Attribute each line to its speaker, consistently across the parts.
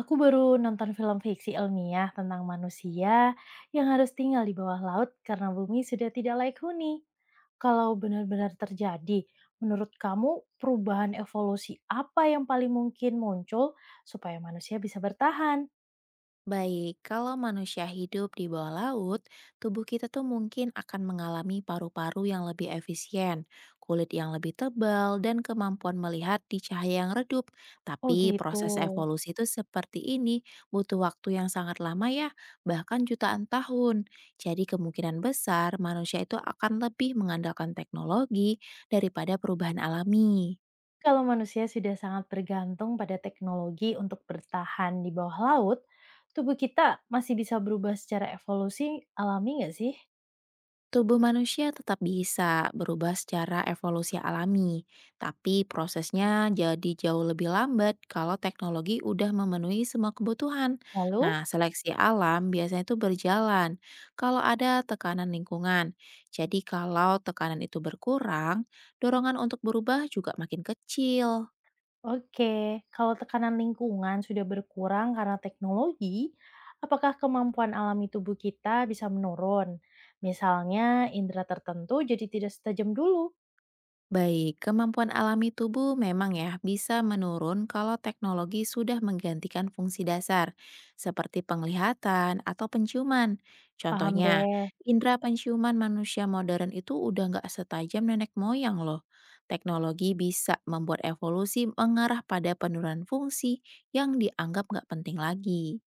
Speaker 1: Aku baru nonton film fiksi ilmiah tentang manusia yang harus tinggal di bawah laut karena bumi sudah tidak layak huni. Kalau benar-benar terjadi, menurut kamu perubahan evolusi apa yang paling mungkin muncul supaya manusia bisa bertahan?
Speaker 2: Baik, kalau manusia hidup di bawah laut, tubuh kita tuh mungkin akan mengalami paru-paru yang lebih efisien, kulit yang lebih tebal, dan kemampuan melihat di cahaya yang redup.
Speaker 1: Oh
Speaker 2: Tapi
Speaker 1: gitu.
Speaker 2: proses evolusi itu seperti ini butuh waktu yang sangat lama ya, bahkan jutaan tahun. Jadi kemungkinan besar manusia itu akan lebih mengandalkan teknologi daripada perubahan alami.
Speaker 1: Kalau manusia sudah sangat bergantung pada teknologi untuk bertahan di bawah laut, tubuh kita masih bisa berubah secara evolusi alami nggak sih?
Speaker 2: Tubuh manusia tetap bisa berubah secara evolusi alami, tapi prosesnya jadi jauh lebih lambat kalau teknologi udah memenuhi semua kebutuhan.
Speaker 1: Lalu?
Speaker 2: Nah, seleksi alam biasanya itu berjalan kalau ada tekanan lingkungan. Jadi kalau tekanan itu berkurang, dorongan untuk berubah juga makin kecil.
Speaker 1: Oke, kalau tekanan lingkungan sudah berkurang karena teknologi, apakah kemampuan alami tubuh kita bisa menurun? Misalnya, indera tertentu jadi tidak setajam dulu.
Speaker 2: Baik, kemampuan alami tubuh memang ya bisa menurun kalau teknologi sudah menggantikan fungsi dasar, seperti penglihatan atau penciuman.
Speaker 1: Paham
Speaker 2: Contohnya,
Speaker 1: deh.
Speaker 2: indera penciuman manusia modern itu udah nggak setajam nenek moyang loh. Teknologi bisa membuat evolusi mengarah pada penurunan fungsi yang dianggap nggak penting lagi.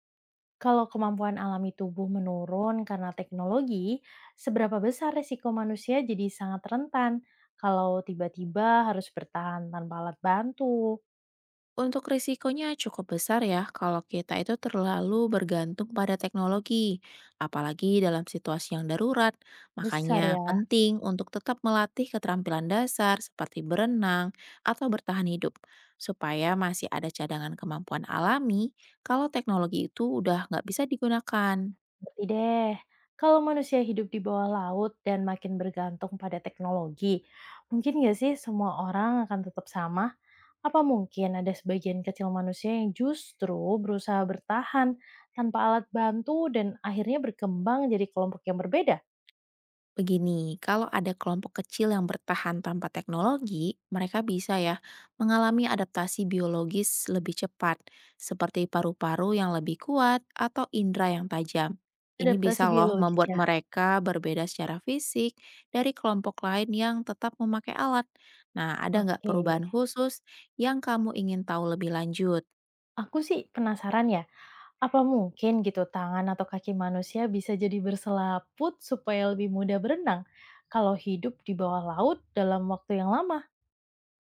Speaker 1: Kalau kemampuan alami tubuh menurun karena teknologi, seberapa besar resiko manusia jadi sangat rentan kalau tiba-tiba harus bertahan tanpa alat bantu?
Speaker 2: Untuk risikonya cukup besar ya kalau kita itu terlalu bergantung pada teknologi, apalagi dalam situasi yang darurat.
Speaker 1: Besar
Speaker 2: Makanya
Speaker 1: ya.
Speaker 2: penting untuk tetap melatih keterampilan dasar seperti berenang atau bertahan hidup, supaya masih ada cadangan kemampuan alami kalau teknologi itu udah nggak bisa digunakan.
Speaker 1: Ngerti deh. Kalau manusia hidup di bawah laut dan makin bergantung pada teknologi, mungkin nggak sih semua orang akan tetap sama? Apa mungkin ada sebagian kecil manusia yang justru berusaha bertahan tanpa alat bantu dan akhirnya berkembang jadi kelompok yang berbeda?
Speaker 2: Begini, kalau ada kelompok kecil yang bertahan tanpa teknologi, mereka bisa ya mengalami adaptasi biologis lebih cepat, seperti paru-paru yang lebih kuat atau indera yang tajam. Ini
Speaker 1: Adaptasi
Speaker 2: bisa loh
Speaker 1: biologis
Speaker 2: membuat
Speaker 1: ya?
Speaker 2: mereka berbeda secara fisik dari kelompok lain yang tetap memakai alat. Nah, ada nggak
Speaker 1: Oke,
Speaker 2: perubahan khusus yang kamu ingin tahu lebih lanjut?
Speaker 1: aku sih penasaran ya, apa mungkin gitu tangan atau kaki manusia bisa jadi berselaput supaya lebih mudah berenang kalau hidup di bawah laut dalam waktu yang lama?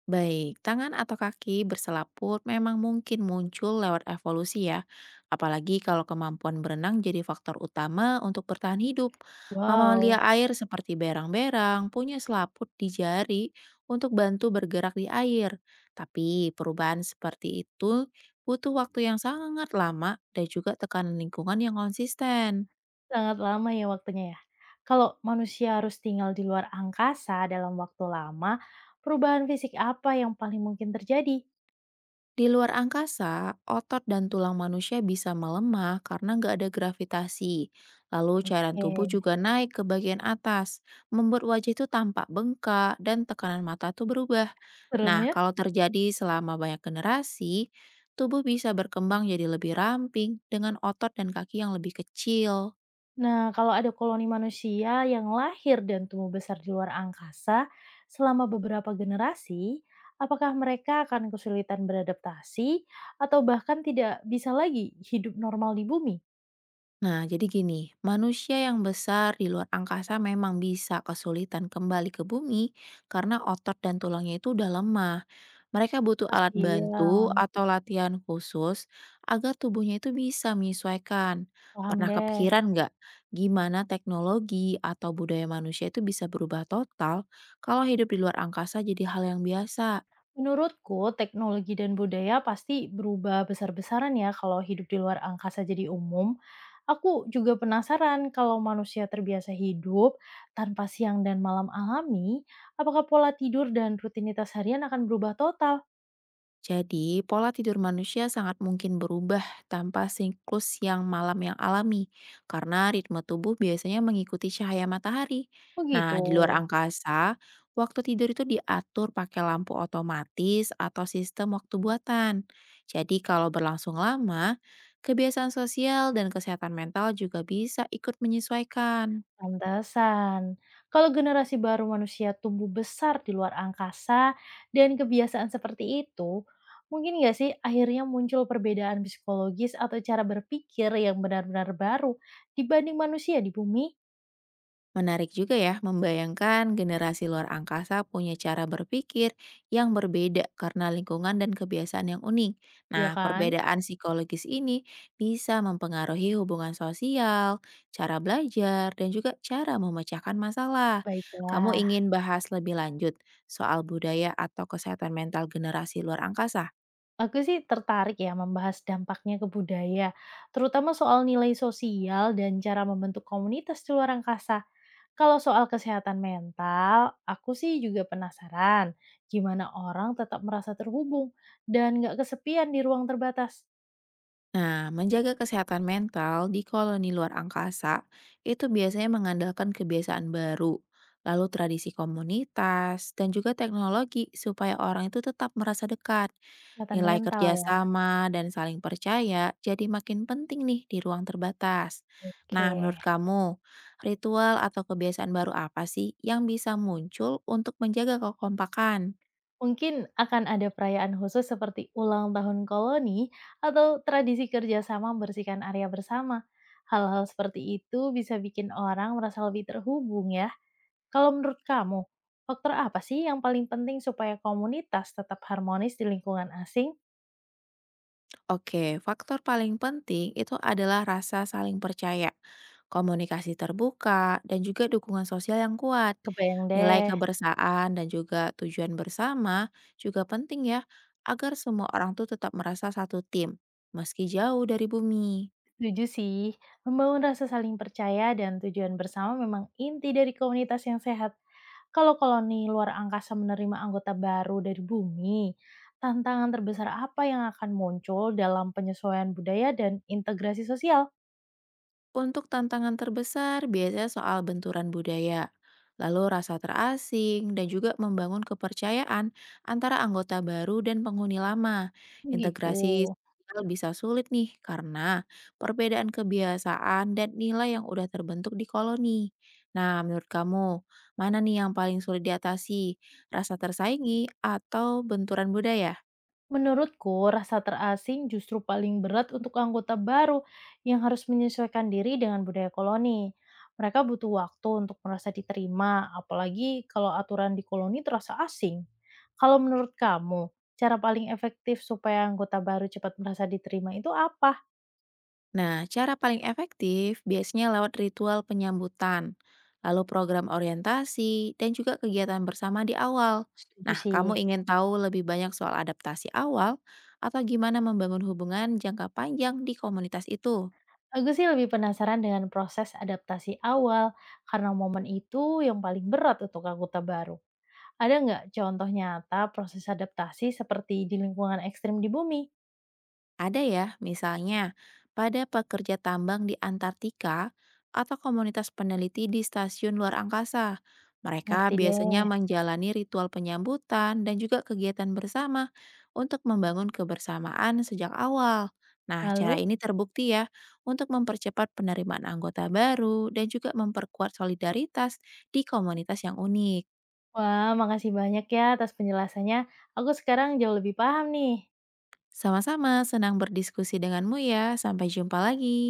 Speaker 2: Baik, tangan atau kaki berselaput memang mungkin muncul lewat evolusi ya. Apalagi kalau kemampuan berenang jadi faktor utama untuk bertahan hidup.
Speaker 1: Wow,
Speaker 2: Mamalia air seperti berang-berang punya selaput di jari untuk bantu bergerak di air. Tapi perubahan seperti itu butuh waktu yang sangat lama dan juga tekanan lingkungan yang konsisten.
Speaker 1: sangat lama ya waktunya ya. Kalau manusia harus tinggal di luar angkasa dalam waktu lama, perubahan fisik apa yang paling mungkin terjadi?
Speaker 2: Di luar angkasa, otot dan tulang manusia bisa melemah karena nggak ada gravitasi. Lalu cairan tubuh
Speaker 1: Oke,
Speaker 2: juga naik ke bagian atas, membuat wajah itu tampak bengkak dan tekanan mata tuh berubah.
Speaker 1: serem
Speaker 2: Nah,
Speaker 1: ya.
Speaker 2: kalau terjadi selama banyak generasi, tubuh bisa berkembang jadi lebih ramping dengan otot dan kaki yang lebih kecil.
Speaker 1: Nah, kalau ada koloni manusia yang lahir dan tumbuh besar di luar angkasa selama beberapa generasi, apakah mereka akan kesulitan beradaptasi atau bahkan tidak bisa lagi hidup normal di bumi?
Speaker 2: Nah, jadi gini, manusia yang besar di luar angkasa memang bisa kesulitan kembali ke bumi karena otot dan tulangnya itu udah lemah. Mereka butuh alat
Speaker 1: Kasihan,
Speaker 2: bantu atau latihan khusus agar tubuhnya itu bisa menyesuaikan.
Speaker 1: paham
Speaker 2: Pernah
Speaker 1: deh.
Speaker 2: kepikiran nggak gimana teknologi atau budaya manusia itu bisa berubah total kalau hidup di luar angkasa jadi hal yang biasa?
Speaker 1: Menurutku, teknologi dan budaya pasti berubah besar-besaran ya kalau hidup di luar angkasa jadi umum. Aku juga penasaran kalau manusia terbiasa hidup tanpa siang dan malam alami, apakah pola tidur dan rutinitas harian akan berubah total?
Speaker 2: Jadi, pola tidur manusia sangat mungkin berubah tanpa siklus yang malam yang alami, karena ritme tubuh biasanya mengikuti cahaya matahari.
Speaker 1: Begitu.
Speaker 2: Nah, di luar angkasa, waktu tidur itu diatur pakai lampu otomatis atau sistem waktu buatan. Jadi, kalau berlangsung lama, kebiasaan sosial dan kesehatan mental juga bisa ikut menyesuaikan.
Speaker 1: Pantesan. Kalau generasi baru manusia tumbuh besar di luar angkasa dan kebiasaan seperti itu, mungkin nggak sih akhirnya muncul perbedaan psikologis atau cara berpikir yang benar-benar baru dibanding manusia di bumi?
Speaker 2: Menarik juga ya membayangkan generasi luar angkasa punya cara berpikir yang berbeda karena lingkungan dan kebiasaan yang unik.
Speaker 1: Ya
Speaker 2: Nah,
Speaker 1: kan?
Speaker 2: perbedaan psikologis ini bisa mempengaruhi hubungan sosial, cara belajar, dan juga cara memecahkan masalah. Kamu
Speaker 1: Baiklah,
Speaker 2: ingin bahas lebih lanjut soal budaya atau kesehatan mental generasi luar angkasa?
Speaker 1: aku sih tertarik ya membahas dampaknya ke budaya, terutama soal nilai sosial dan cara membentuk komunitas di luar angkasa. Kalau soal kesehatan mental, aku sih juga penasaran gimana orang tetap merasa terhubung dan nggak kesepian di ruang terbatas.
Speaker 2: Nah, menjaga kesehatan mental di koloni luar angkasa itu biasanya mengandalkan kebiasaan baru, lalu tradisi komunitas, dan juga teknologi supaya orang itu tetap merasa dekat.
Speaker 1: Kesehatan
Speaker 2: Nilai
Speaker 1: mental ya,
Speaker 2: kerjasama dan saling percaya jadi makin penting nih di ruang terbatas. Nah, menurut
Speaker 1: oke.
Speaker 2: kamu, ritual atau kebiasaan baru apa sih yang bisa muncul untuk menjaga kekompakan?
Speaker 1: Mungkin akan ada perayaan khusus seperti ulang tahun koloni atau tradisi kerjasama membersihkan area bersama. Hal-hal seperti itu bisa bikin orang merasa lebih terhubung ya. Kalau menurut kamu, faktor apa sih yang paling penting supaya komunitas tetap harmonis di lingkungan asing?
Speaker 2: Oke, faktor paling penting itu adalah rasa saling percaya, komunikasi terbuka, dan juga dukungan sosial yang kuat.
Speaker 1: Kebayang
Speaker 2: Nilai
Speaker 1: deh.
Speaker 2: kebersamaan dan juga tujuan bersama juga penting ya, agar semua orang tuh tetap merasa satu tim, meski jauh dari bumi.
Speaker 1: Setuju sih, membangun rasa saling percaya dan tujuan bersama memang inti dari komunitas yang sehat. Kalau koloni luar angkasa menerima anggota baru dari bumi, tantangan terbesar apa yang akan muncul dalam penyesuaian budaya dan integrasi sosial?
Speaker 2: Untuk tantangan terbesar biasanya soal benturan budaya, lalu rasa terasing, dan juga membangun kepercayaan antara anggota baru dan penghuni lama.
Speaker 1: Gitu.
Speaker 2: Integrasi sosial bisa sulit nih karena perbedaan kebiasaan dan nilai yang udah terbentuk di koloni. Nah, menurut kamu, mana nih yang paling sulit diatasi? Rasa tersaingi atau benturan budaya?
Speaker 1: Menurutku, rasa terasing justru paling berat untuk anggota baru yang harus menyesuaikan diri dengan budaya koloni. Mereka butuh waktu untuk merasa diterima, apalagi kalau aturan di koloni terasa asing. Kalau menurut kamu, cara paling efektif supaya anggota baru cepat merasa diterima itu apa?
Speaker 2: Nah, cara paling efektif biasanya lewat ritual penyambutan, lalu program orientasi, dan juga kegiatan bersama di awal.
Speaker 1: Setuju
Speaker 2: Nah,
Speaker 1: sih.
Speaker 2: kamu ingin tahu lebih banyak soal adaptasi awal atau gimana membangun hubungan jangka panjang di komunitas itu?
Speaker 1: Aku sih lebih penasaran dengan proses adaptasi awal, karena momen itu yang paling berat untuk anggota baru. Ada nggak contoh nyata proses adaptasi seperti di lingkungan ekstrim di bumi?
Speaker 2: Ada ya, misalnya pada pekerja tambang di Antartika atau komunitas peneliti di stasiun luar angkasa. Mereka
Speaker 1: Ngerti deh.
Speaker 2: biasanya menjalani ritual penyambutan dan juga kegiatan bersama untuk membangun kebersamaan sejak awal. Nah, cara
Speaker 1: Lalu?
Speaker 2: ini terbukti ya untuk mempercepat penerimaan anggota baru dan juga memperkuat solidaritas di komunitas yang unik.
Speaker 1: Wah, makasih banyak ya atas penjelasannya. Aku sekarang jauh lebih paham nih.
Speaker 2: Sama-sama senang berdiskusi denganmu ya. Sampai jumpa lagi.